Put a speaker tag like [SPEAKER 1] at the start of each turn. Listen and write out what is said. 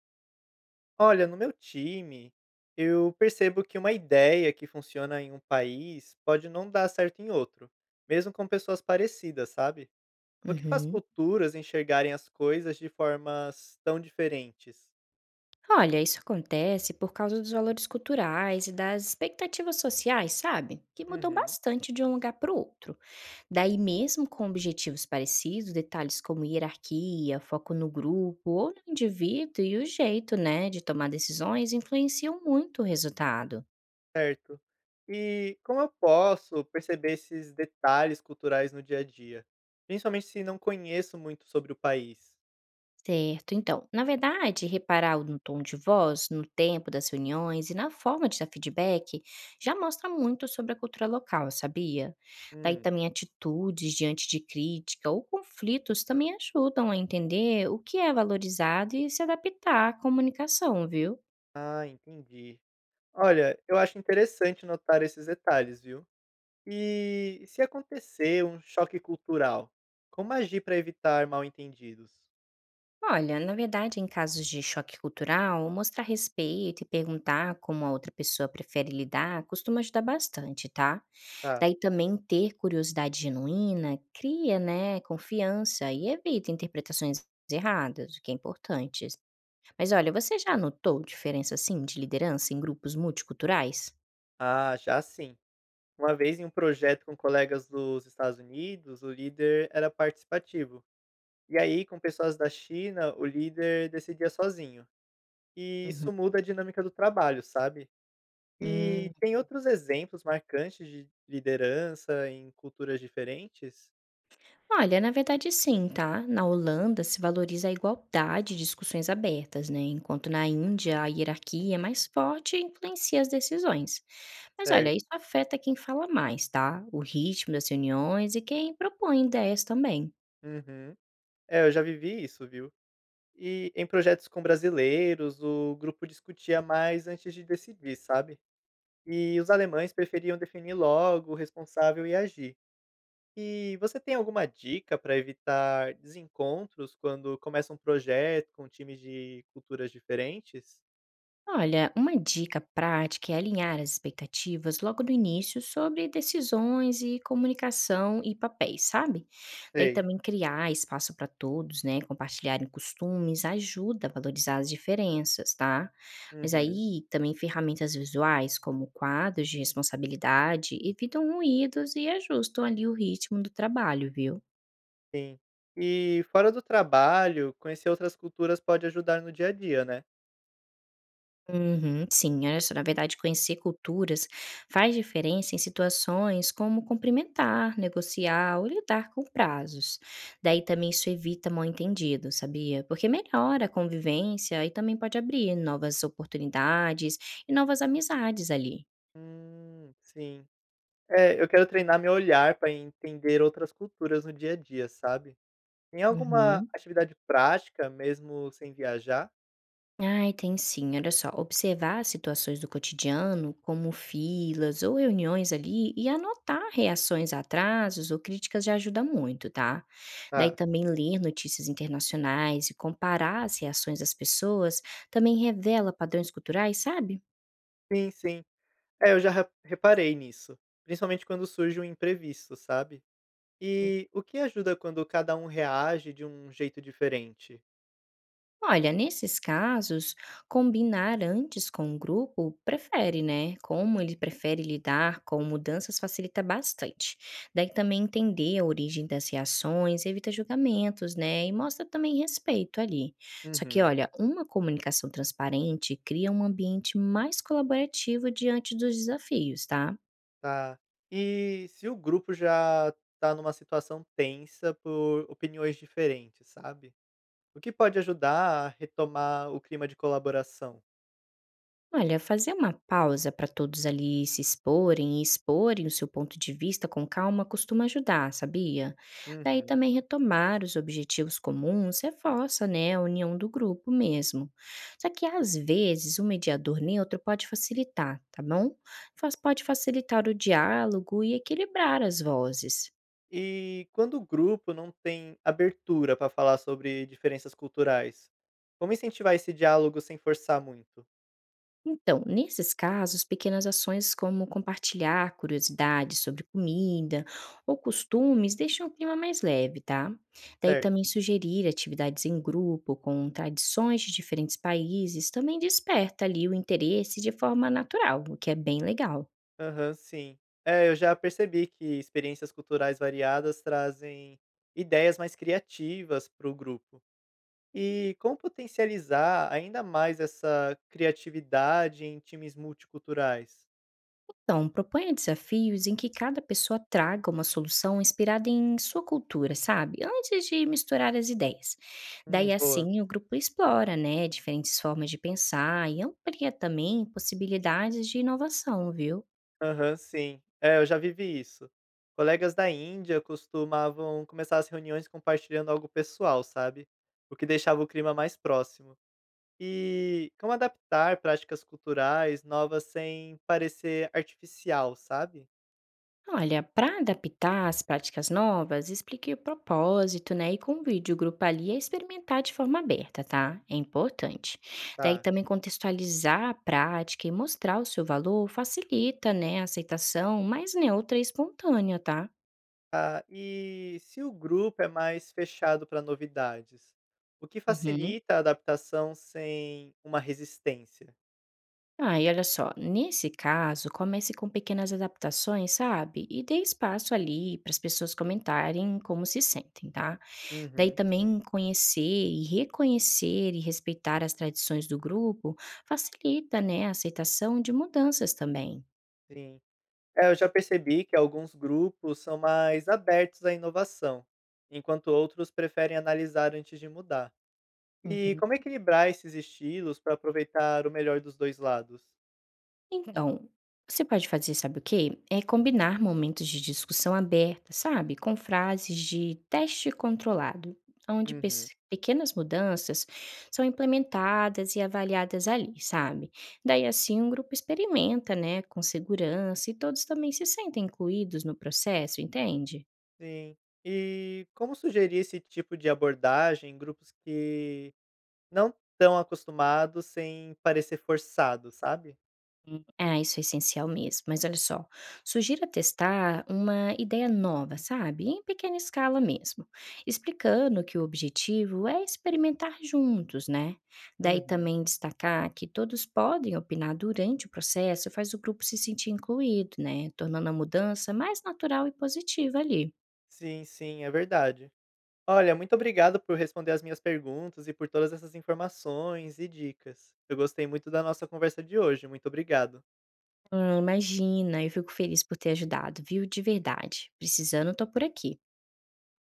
[SPEAKER 1] Olha, no meu time, eu percebo que uma ideia que funciona em um país pode não dar certo em outro, mesmo com pessoas parecidas, sabe? O que faz
[SPEAKER 2] Uhum.
[SPEAKER 1] culturas enxergarem as coisas de formas tão diferentes.
[SPEAKER 2] Olha, isso acontece por causa dos valores culturais e das expectativas sociais, sabe? Que mudam
[SPEAKER 1] Uhum.
[SPEAKER 2] bastante de um lugar para o outro. Daí, mesmo com objetivos parecidos, detalhes como hierarquia, foco no grupo ou no indivíduo e o jeito, né, de tomar decisões influenciam muito o resultado.
[SPEAKER 1] Certo. E como eu posso perceber esses detalhes culturais no dia a dia? Principalmente se não conheço muito sobre o país.
[SPEAKER 2] Certo. Então, na verdade, reparar no tom de voz, no tempo das reuniões e na forma de dar feedback já mostra muito sobre a cultura local, sabia? Daí
[SPEAKER 1] Hum.
[SPEAKER 2] também atitudes diante de crítica ou conflitos também ajudam a entender o que é valorizado e se adaptar à comunicação, viu?
[SPEAKER 1] Ah, entendi. Olha, eu acho interessante notar esses detalhes, viu? E se acontecer um choque cultural, como agir para evitar mal-entendidos?
[SPEAKER 2] Olha, na verdade, em casos de choque cultural, mostrar respeito e perguntar como a outra pessoa prefere lidar costuma ajudar bastante, tá?
[SPEAKER 1] Tá.
[SPEAKER 2] Daí também ter curiosidade genuína cria, né, confiança e evita interpretações erradas, o que é importante. Mas olha, você já notou diferença assim de liderança em grupos multiculturais?
[SPEAKER 1] Ah, já sim. Uma vez em um projeto com colegas dos Estados Unidos, o líder era participativo. E aí, com pessoas da China, o líder decidia sozinho. E
[SPEAKER 2] Uhum.
[SPEAKER 1] isso muda a dinâmica do trabalho, sabe? E
[SPEAKER 2] Hum,
[SPEAKER 1] tem outros exemplos marcantes de liderança em culturas diferentes?
[SPEAKER 2] Olha, na verdade sim, tá? Na Holanda se valoriza a igualdade e discussões abertas, né? Enquanto na Índia a hierarquia é mais forte e influencia as decisões. Mas olha, isso
[SPEAKER 1] Certo.
[SPEAKER 2] afeta quem fala mais, tá? O ritmo das reuniões e quem propõe ideias também.
[SPEAKER 1] Uhum. É, eu já vivi isso, viu? E em projetos com brasileiros, o grupo discutia mais antes de decidir, sabe? E os alemães preferiam definir logo o responsável e agir. E você tem alguma dica para evitar desencontros quando começa um projeto com times de culturas diferentes?
[SPEAKER 2] Olha, uma dica prática é alinhar as expectativas logo no início sobre decisões e comunicação e papéis, sabe? Daí
[SPEAKER 1] Sei.
[SPEAKER 2] também criar espaço para todos, né? Compartilharem costumes ajuda a valorizar as diferenças, tá? Mas
[SPEAKER 1] Uhum.
[SPEAKER 2] aí também ferramentas visuais como quadros de responsabilidade evitam ruídos e ajustam ali o ritmo do trabalho, viu?
[SPEAKER 1] Sim. E fora do trabalho, conhecer outras culturas pode ajudar no dia a dia, né?
[SPEAKER 2] Uhum, sim, olha só, na verdade, conhecer culturas faz diferença em situações como cumprimentar, negociar ou lidar com prazos. Daí também isso evita mal-entendido, sabia? Porque melhora a convivência e também pode abrir novas oportunidades e novas amizades ali.
[SPEAKER 1] Sim. É, eu quero treinar meu olhar para entender outras culturas no dia a dia, sabe? Tem alguma
[SPEAKER 2] Uhum.
[SPEAKER 1] atividade prática, mesmo sem viajar?
[SPEAKER 2] Ai, tem sim. Olha só, observar as situações do cotidiano, como filas ou reuniões ali, e anotar reações a atrasos ou críticas já ajuda muito, tá? Daí
[SPEAKER 1] Ah,
[SPEAKER 2] também ler notícias internacionais e comparar as reações das pessoas também revela padrões culturais, sabe?
[SPEAKER 1] sim, sim. É, eu já re reparei nisso, principalmente quando surge um imprevisto, sabe. E o que ajuda quando cada um reage de um jeito diferente?
[SPEAKER 2] Olha, nesses casos, combinar antes com o grupo prefere, né? Como ele prefere lidar com mudanças facilita bastante. Daí também entender a origem das reações, evita julgamentos, né? E mostra também respeito ali. Só que,
[SPEAKER 1] Uhum,
[SPEAKER 2] olha, uma comunicação transparente cria um ambiente mais colaborativo diante dos desafios, tá?
[SPEAKER 1] tá. E se o grupo já tá numa situação tensa por opiniões diferentes, sabe, o que pode ajudar a retomar o clima de colaboração?
[SPEAKER 2] Olha, fazer uma pausa para todos ali se exporem e exporem o seu ponto de vista com calma costuma ajudar, sabia? Daí
[SPEAKER 1] Uhum.
[SPEAKER 2] também retomar os objetivos comuns reforça, né, a união do grupo mesmo. Só que às vezes um mediador neutro pode facilitar, tá bom? Pode facilitar o diálogo e equilibrar as vozes.
[SPEAKER 1] E quando o grupo não tem abertura para falar sobre diferenças culturais, como incentivar esse diálogo sem forçar muito?
[SPEAKER 2] Então, nesses casos, pequenas ações como compartilhar curiosidades sobre comida ou costumes deixam o clima mais leve, tá? Daí
[SPEAKER 1] Certo.
[SPEAKER 2] também sugerir atividades em grupo com tradições de diferentes países também desperta ali o interesse de forma natural, o que é bem legal.
[SPEAKER 1] Aham, sim. É, eu já percebi que experiências culturais variadas trazem ideias mais criativas para o grupo. E como potencializar ainda mais essa criatividade em times multiculturais?
[SPEAKER 2] Então, proponha desafios em que cada pessoa traga uma solução inspirada em sua cultura, sabe? Antes de misturar as ideias. Daí
[SPEAKER 1] Boa.
[SPEAKER 2] assim o grupo explora, né, diferentes formas de pensar e amplia também possibilidades de inovação, viu?
[SPEAKER 1] Aham, sim. É, eu já vivi isso. Colegas da Índia costumavam começar as reuniões compartilhando algo pessoal, sabe? O que deixava o clima mais próximo. E como adaptar práticas culturais novas sem parecer artificial, sabe?
[SPEAKER 2] Olha, para adaptar as práticas novas, explique o propósito, né? E convide o grupo ali a experimentar de forma aberta, tá? É importante. Daí
[SPEAKER 1] Tá.
[SPEAKER 2] também contextualizar a prática e mostrar o seu valor facilita, né, a aceitação mais neutra e espontânea, tá?
[SPEAKER 1] Ah, e se o grupo é mais fechado para novidades, o que
[SPEAKER 2] Uhum.
[SPEAKER 1] facilita a adaptação sem uma resistência?
[SPEAKER 2] Ah, e olha só, nesse caso, comece com pequenas adaptações, sabe? E dê espaço ali para as pessoas comentarem como se sentem, tá? Daí
[SPEAKER 1] Uhum,
[SPEAKER 2] também conhecer e reconhecer e respeitar as tradições do grupo facilita, né, a aceitação de mudanças também.
[SPEAKER 1] sim. É, eu já percebi que alguns grupos são mais abertos à inovação, enquanto outros preferem analisar antes de mudar. E
[SPEAKER 2] Uhum.
[SPEAKER 1] como equilibrar esses estilos para aproveitar o melhor dos dois lados?
[SPEAKER 2] Então, você pode fazer, sabe o quê? É combinar momentos de discussão aberta, sabe? Com frases de teste controlado, onde
[SPEAKER 1] Uhum.
[SPEAKER 2] pequenas mudanças são implementadas e avaliadas ali, sabe? Daí assim o grupo experimenta, né, com segurança e todos também se sentem incluídos no processo, entende?
[SPEAKER 1] Sim. E como sugerir esse tipo de abordagem em grupos que não estão acostumados sem parecer forçado, sabe?
[SPEAKER 2] Ah, isso é essencial mesmo. Mas olha só, sugira testar uma ideia nova, sabe? Em pequena escala mesmo, explicando que o objetivo é experimentar juntos, né? Daí
[SPEAKER 1] Uhum.
[SPEAKER 2] também destacar que todos podem opinar durante o processo, faz o grupo se sentir incluído, né? Tornando a mudança mais natural e positiva ali.
[SPEAKER 1] Sim, sim, é verdade. Olha, muito obrigado por responder as minhas perguntas e por todas essas informações e dicas. Eu gostei muito da nossa conversa de hoje. Muito obrigado.
[SPEAKER 2] Ah, imagina, eu fico feliz por ter ajudado, viu? De verdade. Precisando, tô por aqui.